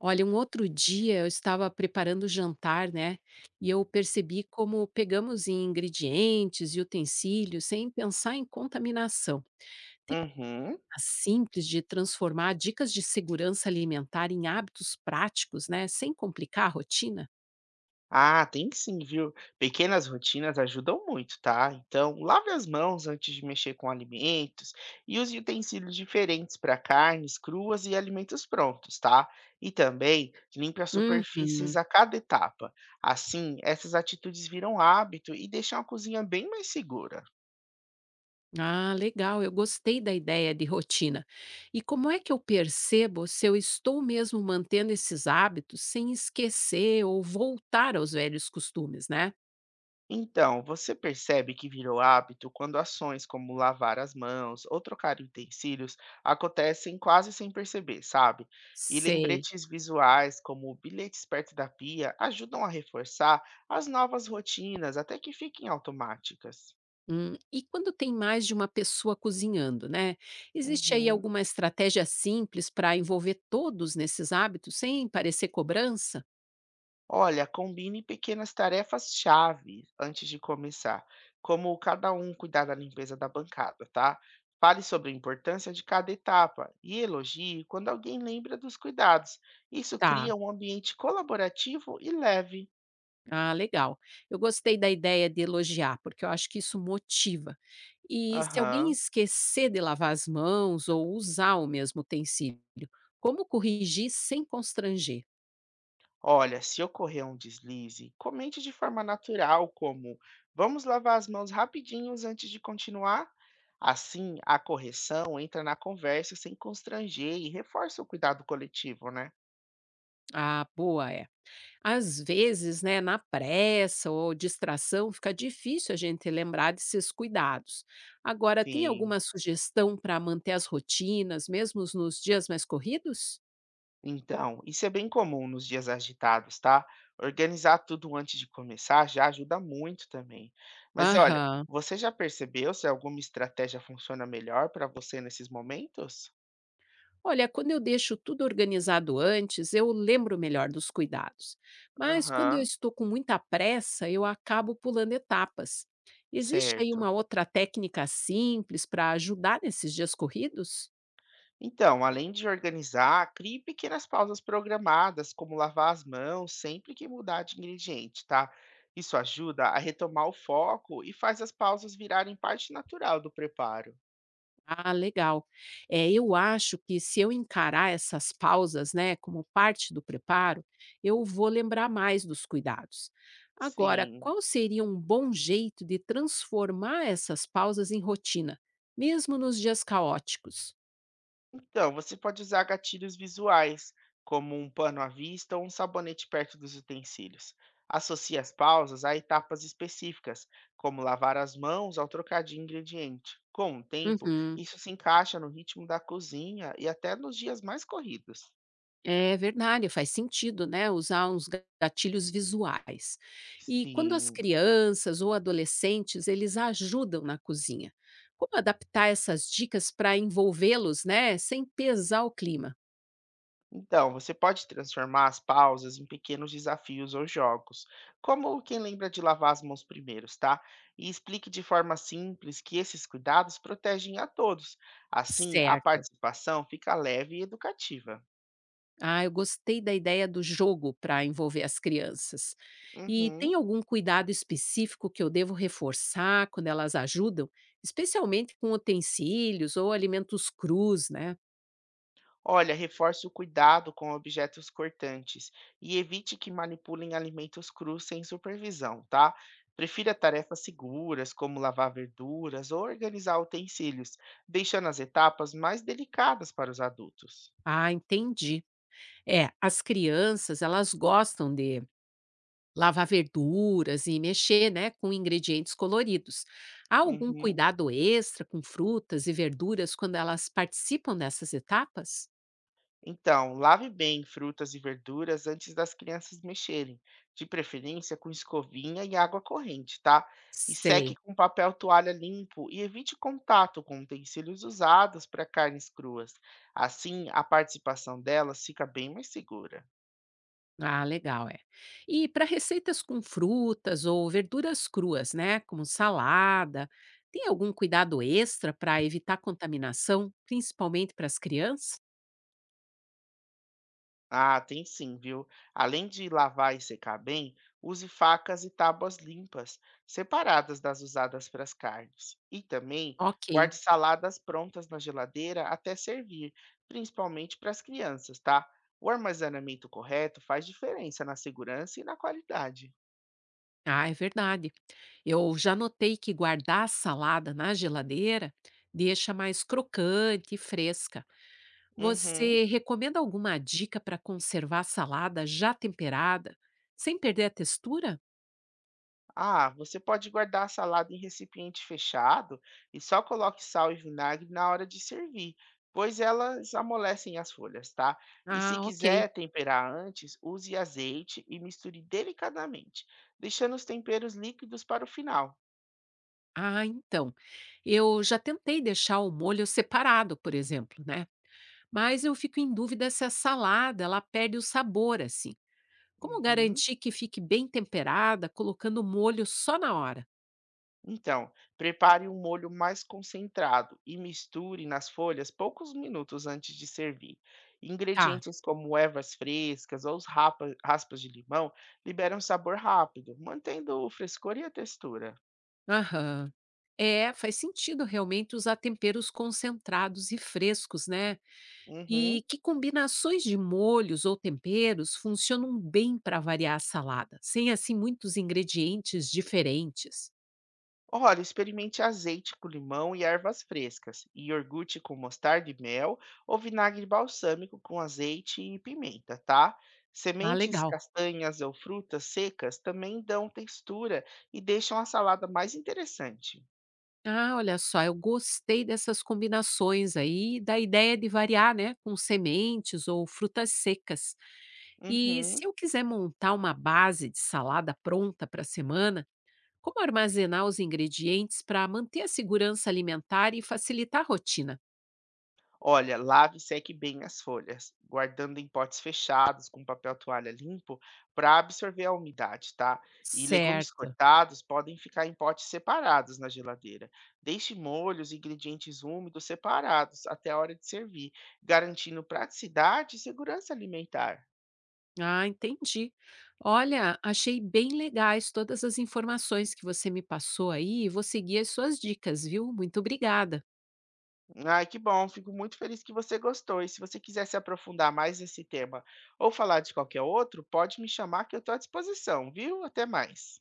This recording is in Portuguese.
Olha, um outro dia eu estava preparando o jantar, né? E eu percebi como pegamos em ingredientes e utensílios sem pensar em contaminação. Uhum. A simples de transformar dicas de segurança alimentar em hábitos práticos, né? Sem complicar a rotina. Ah, tem sim, viu? Pequenas rotinas ajudam muito, tá? Então, lave as mãos antes de mexer com alimentos e use utensílios diferentes para carnes cruas e alimentos prontos, tá? E também limpe as superfícies Uhum. a cada etapa. Assim, essas atitudes viram hábito e deixam a cozinha bem mais segura. Ah, legal, eu gostei da ideia de rotina. E como é que eu percebo se eu estou mesmo mantendo esses hábitos sem esquecer ou voltar aos velhos costumes, né? Então, você percebe que virou hábito quando ações como lavar as mãos ou trocar utensílios acontecem quase sem perceber, sabe? E Sei. lembretes visuais, como bilhetes perto da pia, ajudam a reforçar as novas rotinas até que fiquem automáticas. E quando tem mais de uma pessoa cozinhando, né? Existe aí Uhum. alguma estratégia simples para envolver todos nesses hábitos sem parecer cobrança? Olha, combine pequenas tarefas-chave antes de começar, como cada um cuidar da limpeza da bancada, tá? Fale sobre a importância de cada etapa e elogie quando alguém lembra dos cuidados. Isso Tá. cria um ambiente colaborativo e leve. Ah, legal. Eu gostei da ideia de elogiar, porque eu acho que isso motiva. E se alguém Aham. esquecer de lavar as mãos ou usar o mesmo utensílio, como corrigir sem constranger? Olha, se ocorrer um deslize, comente de forma natural, como vamos lavar as mãos rapidinhos antes de continuar? Assim, a correção entra na conversa sem constranger e reforça o cuidado coletivo, né? Ah, boa. Às vezes, né, na pressa ou distração, fica difícil a gente lembrar desses cuidados. Agora, tem Sim. alguma sugestão para manter as rotinas, mesmo nos dias mais corridos? Então, isso é bem comum nos dias agitados, tá? Organizar tudo antes de começar já ajuda muito também. Mas olha, Aham. você já percebeu se alguma estratégia funciona melhor para você nesses momentos? Olha, quando eu deixo tudo organizado antes, eu lembro melhor dos cuidados. Mas quando eu Aham, estou com muita pressa, eu acabo pulando etapas. Existe aí uma certo. outra técnica simples para ajudar nesses dias corridos? Então, além de organizar, crie pequenas pausas programadas, como lavar as mãos sempre que mudar de ingrediente, tá? Isso ajuda a retomar o foco e faz as pausas virarem parte natural do preparo. Ah, legal. É, eu acho que se eu encarar essas pausas, né, como parte do preparo, eu vou lembrar mais dos cuidados. Agora, Sim. qual seria um bom jeito de transformar essas pausas em rotina, mesmo nos dias caóticos? Então, você pode usar gatilhos visuais, como um pano à vista ou um sabonete perto dos utensílios. Associe as pausas a etapas específicas, como lavar as mãos ao trocar de ingrediente. Com o tempo, Uhum. isso se encaixa no ritmo da cozinha e até nos dias mais corridos. É verdade, faz sentido, né, usar uns gatilhos visuais. E quando as Sim, crianças ou adolescentes, eles ajudam na cozinha, como adaptar essas dicas para envolvê-los, né, sem pesar o clima? então, você pode transformar as pausas em pequenos desafios ou jogos, como quem lembra de lavar as mãos primeiros, tá? E explique de forma simples que esses cuidados protegem a todos. Assim, a Certo. participação fica leve e educativa. Ah, eu gostei da ideia do jogo para envolver as crianças. E tem Uhum. algum cuidado específico que eu devo reforçar quando elas ajudam, especialmente com utensílios ou alimentos crus, né? Olha, reforce o cuidado com objetos cortantes e evite que manipulem alimentos crus sem supervisão, tá? Prefira tarefas seguras, como lavar verduras ou organizar utensílios, deixando as etapas mais delicadas para os adultos. Ah, entendi. É, as crianças elas gostam de lavar verduras e mexer, né, com ingredientes coloridos. Há algum Uhum. cuidado extra com frutas e verduras quando elas participam dessas etapas? Então, lave bem frutas e verduras antes das crianças mexerem, de preferência com escovinha e água corrente, tá? E Sei. seque com papel toalha limpo e evite contato com utensílios usados para carnes cruas. Assim, a participação delas fica bem mais segura. Ah, legal, é. E para receitas com frutas ou verduras cruas, né, como salada, tem algum cuidado extra para evitar contaminação, principalmente para as crianças? Ah, tem sim, viu? Além de lavar e secar bem, use facas e tábuas limpas, separadas das usadas para as carnes. E também Ok. guarde saladas prontas na geladeira até servir, principalmente para as crianças, tá? O armazenamento correto faz diferença na segurança e na qualidade. Ah, é verdade. Eu já notei que guardar a salada na geladeira deixa mais crocante e fresca. Uhum. Você recomenda alguma dica para conservar a salada já temperada, sem perder a textura? Ah, você pode guardar a salada em recipiente fechado e só coloque sal e vinagre na hora de servir, pois elas amolecem as folhas, tá? E se Ah, ok. quiser temperar antes, use azeite e misture delicadamente, deixando os temperos líquidos para o final. Ah, então. Eu já tentei deixar o molho separado, por exemplo, né? Mas eu fico em dúvida se a salada ela perde o sabor assim. Como Uhum. garantir que fique bem temperada colocando o molho só na hora? Então, prepare um molho mais concentrado e misture nas folhas poucos minutos antes de servir. Tá. Ingredientes como ervas frescas ou os raspas de limão liberam sabor rápido, mantendo o frescor e a textura. Aham. É, faz sentido realmente usar temperos concentrados e frescos, né? Uhum. E que combinações de molhos ou temperos funcionam bem para variar a salada, sem assim muitos ingredientes diferentes. Olha, experimente azeite com limão e ervas frescas, e iogurte com mostarda e mel, ou vinagre balsâmico com azeite e pimenta, tá? Ah, Sementes, legal. castanhas ou frutas secas também dão textura e deixam a salada mais interessante. Ah, olha só, eu gostei dessas combinações aí, da ideia de variar, né, com sementes ou frutas secas. E Uhum. se eu quiser montar uma base de salada pronta para a semana, como armazenar os ingredientes para manter a segurança alimentar e facilitar a rotina? Olha, lave e seque bem as folhas, guardando em potes fechados com papel toalha limpo para absorver a umidade, tá? E legumes Certo. cortados podem ficar em potes separados na geladeira. Deixe molhos e ingredientes úmidos separados até a hora de servir, garantindo praticidade e segurança alimentar. Ah, entendi. Olha, achei bem legais todas as informações que você me passou aí e vou seguir as suas dicas, viu? Muito obrigada. Ai, que bom, fico muito feliz que você gostou. E se você quiser se aprofundar mais nesse tema ou falar de qualquer outro, pode me chamar que eu estou à disposição, viu? Até mais.